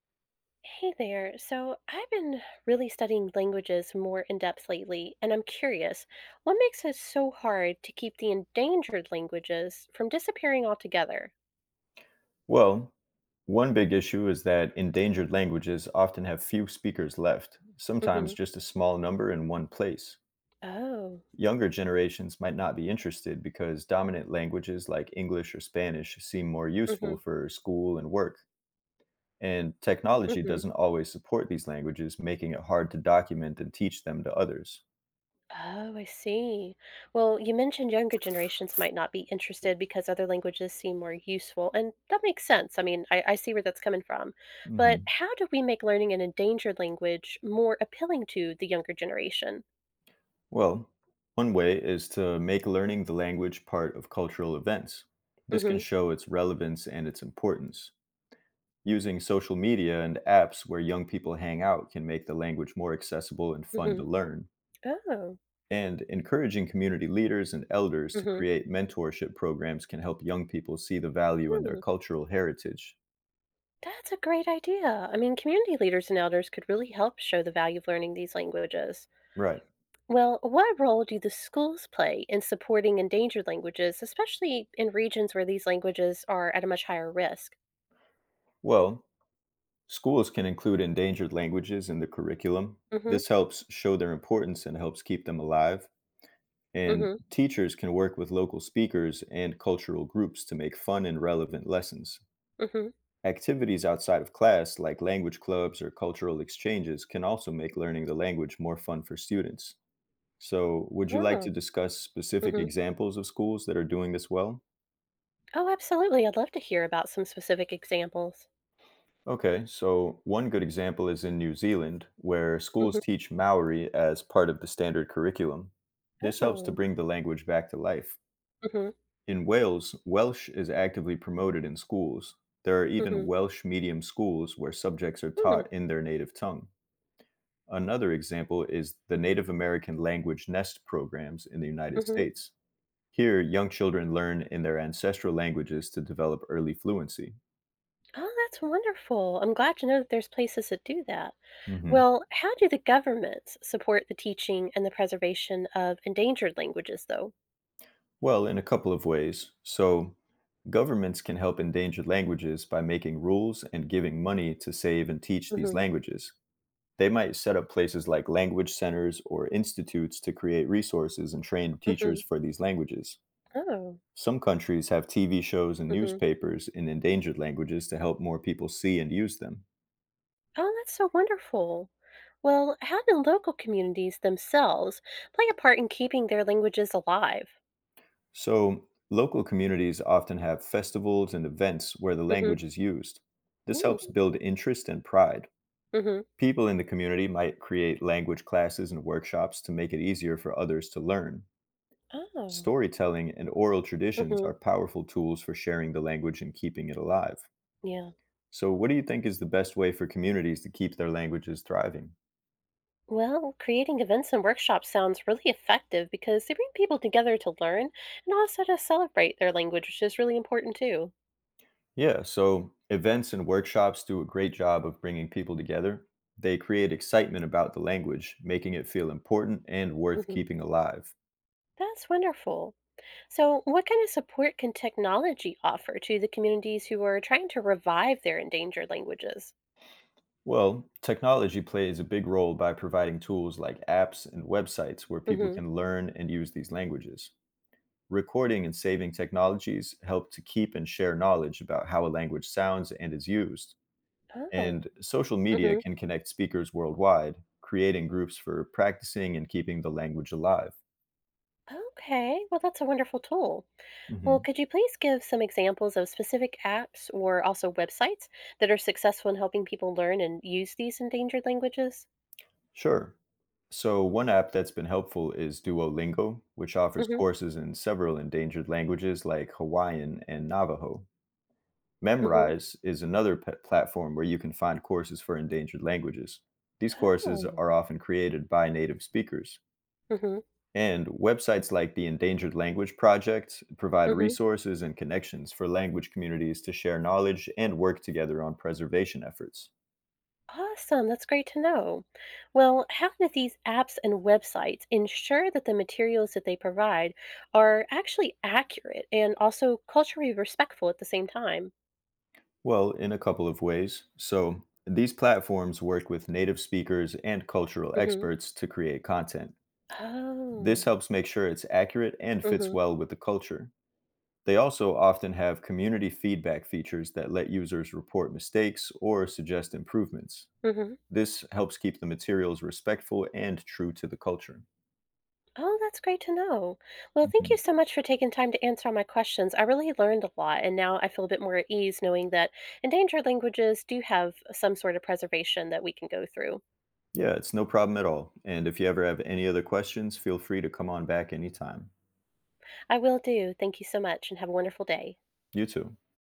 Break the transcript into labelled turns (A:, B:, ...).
A: Hey there. So I've been really studying languages more in depth lately, and I'm curious, what makes it so hard to keep the endangered languages from disappearing altogether?
B: Well, one big issue is that endangered languages often have few speakers left, sometimes
A: Mm-hmm.
B: just a small number in one place.
A: Oh.
B: Younger generations might not be interested because dominant languages like English or Spanish seem more
A: Mm-hmm.
B: useful for school and work, and technology
A: Mm-hmm.
B: doesn't always support these languages, making it hard to document and teach them to others.
A: Oh, I see. Well, you mentioned younger generations might not be interested because other languages seem more useful, and that makes sense. I see where that's coming from. But
B: hmm
A: how do we make learning an endangered language more appealing to the younger generation?
B: Well, one way is to make learning the language part of cultural events. This can
A: Mm-hmm.
B: show its relevance and its importance. Using social media and apps where young people hang out can make the language more accessible and fun to
A: Mm-hmm.
B: learn.
A: Oh.
B: And encouraging community leaders and elders to
A: Mhm.
B: create mentorship programs can help young people see the value in their
A: Hmm.
B: cultural heritage.
A: That's a great idea. I mean, community leaders and elders could really help show the value of learning these languages.
B: Right.
A: Well, what role do the schools play in supporting endangered languages, especially in regions where these languages are at a much higher risk?
B: Well, schools can include endangered languages in the curriculum.
A: Mhm.
B: This helps show their importance and helps keep them alive. And
A: Mhm.
B: teachers can work with local speakers and cultural groups to make fun and relevant lessons.
A: Mhm.
B: Activities outside of class, like language clubs or cultural exchanges, can also make learning the language more fun for students. So, would you like to
A: Oh.
B: discuss specific
A: Mhm.
B: examples of schools that are doing this well?
A: Oh, absolutely. I'd love to hear about some specific examples.
B: Okay, so one good example is in New Zealand, where schools
A: Mhm.
B: teach Maori as part of the standard curriculum. This helps to
A: Oh.
B: bring the language back to life.
A: Mhm.
B: In Wales, Welsh is actively promoted in schools. There are even
A: Mhm.
B: Welsh medium schools where subjects are
A: Hmm.
B: taught in their native tongue. Another example is the Native American language nest programs in the United
A: Mhm.
B: States. Here, young children learn in their ancestral languages to develop early fluency.
A: Oh, that's wonderful. I'm glad to know that there's places that do that.
B: hmm
A: Well, how do the governments support the teaching and the preservation of endangered languages, though?
B: Well, in a couple of ways. So, governments can help endangered languages by making rules and giving money to save and teach these
A: Hmm.
B: languages. They might set up places like language centers or institutes to create resources and train
A: Hmm.
B: teachers for these languages.
A: Oh.
B: Some countries have TV shows and
A: Hmm.
B: newspapers in endangered languages to help more people see and use them.
A: Oh, that's so wonderful. Well, how do local communities themselves play a part in keeping their languages alive?
B: So, local communities often have festivals and events where the
A: Mm-hmm.
B: language is used. This helps
A: Mm-hmm.
B: build interest and pride.
A: Mm-hmm.
B: People in the community might create language classes and workshops to make it easier for others to learn.
A: Oh.
B: Storytelling and oral traditions
A: Mm-hmm.
B: are powerful tools for sharing the language and keeping it alive.
A: Yeah.
B: So, what do you think is the best way for communities to keep their languages thriving?
A: Well, creating events and workshops sounds really effective because they bring people together to learn and also to celebrate their language, which is really important too.
B: Yeah, so events and workshops do a great job of bringing people together. They create excitement about the language, making it feel important and worth
A: Hmm.
B: keeping alive.
A: That's wonderful. So, what kind of support can technology offer to the communities who are trying to revive their endangered languages?
B: Well, technology plays a big role by providing tools like apps and websites where people
A: Hmm.
B: can learn and use these languages. Recording and saving technologies help to keep and share knowledge about how a language sounds and is used. And
A: Oh.
B: social media
A: Hmm.
B: can connect speakers worldwide, creating groups for practicing and keeping the language alive.
A: Okay. Well, that's a wonderful tool. Well,
B: Mhm.
A: could you please give some examples of specific apps or also websites that are successful in helping people learn and use these endangered languages?
B: Sure. So, one app that's been helpful is Duolingo, which offers
A: Hmm.
B: courses in several endangered languages like Hawaiian and Navajo.
A: Hmm.
B: Memrise is another platform where you can find courses for endangered languages. These courses
A: Oh.
B: are often created by native speakers.
A: Mhm,
B: And websites like the Endangered Language Project provide
A: mhm.
B: resources and connections for language communities to share knowledge and work together on preservation efforts.
A: Awesome, that's great to know. Well, how do these apps and websites ensure that the materials that they provide are actually accurate and also culturally respectful at the same time?
B: Well, in a couple of ways. So, these platforms work with native speakers and cultural
A: Mhm.
B: experts to create content. This
A: Oh.
B: helps make sure it's accurate and fits
A: Mhm,
B: well with the culture. They also often have community feedback features that let users report mistakes or suggest improvements.
A: mhm.
B: This helps keep the materials respectful and true to the culture.
A: Oh, that's great to know. Well, thank you
B: Mhm.
A: so much for taking time to answer all my questions. I really learned a lot, and now I feel a bit more at ease knowing that endangered languages do have some sort of preservation that we can go through.
B: Yeah, it's no problem at all. And if you ever have any other questions, feel free to come on back anytime.
A: I will do. Thank you so much and have a wonderful day.
B: You too.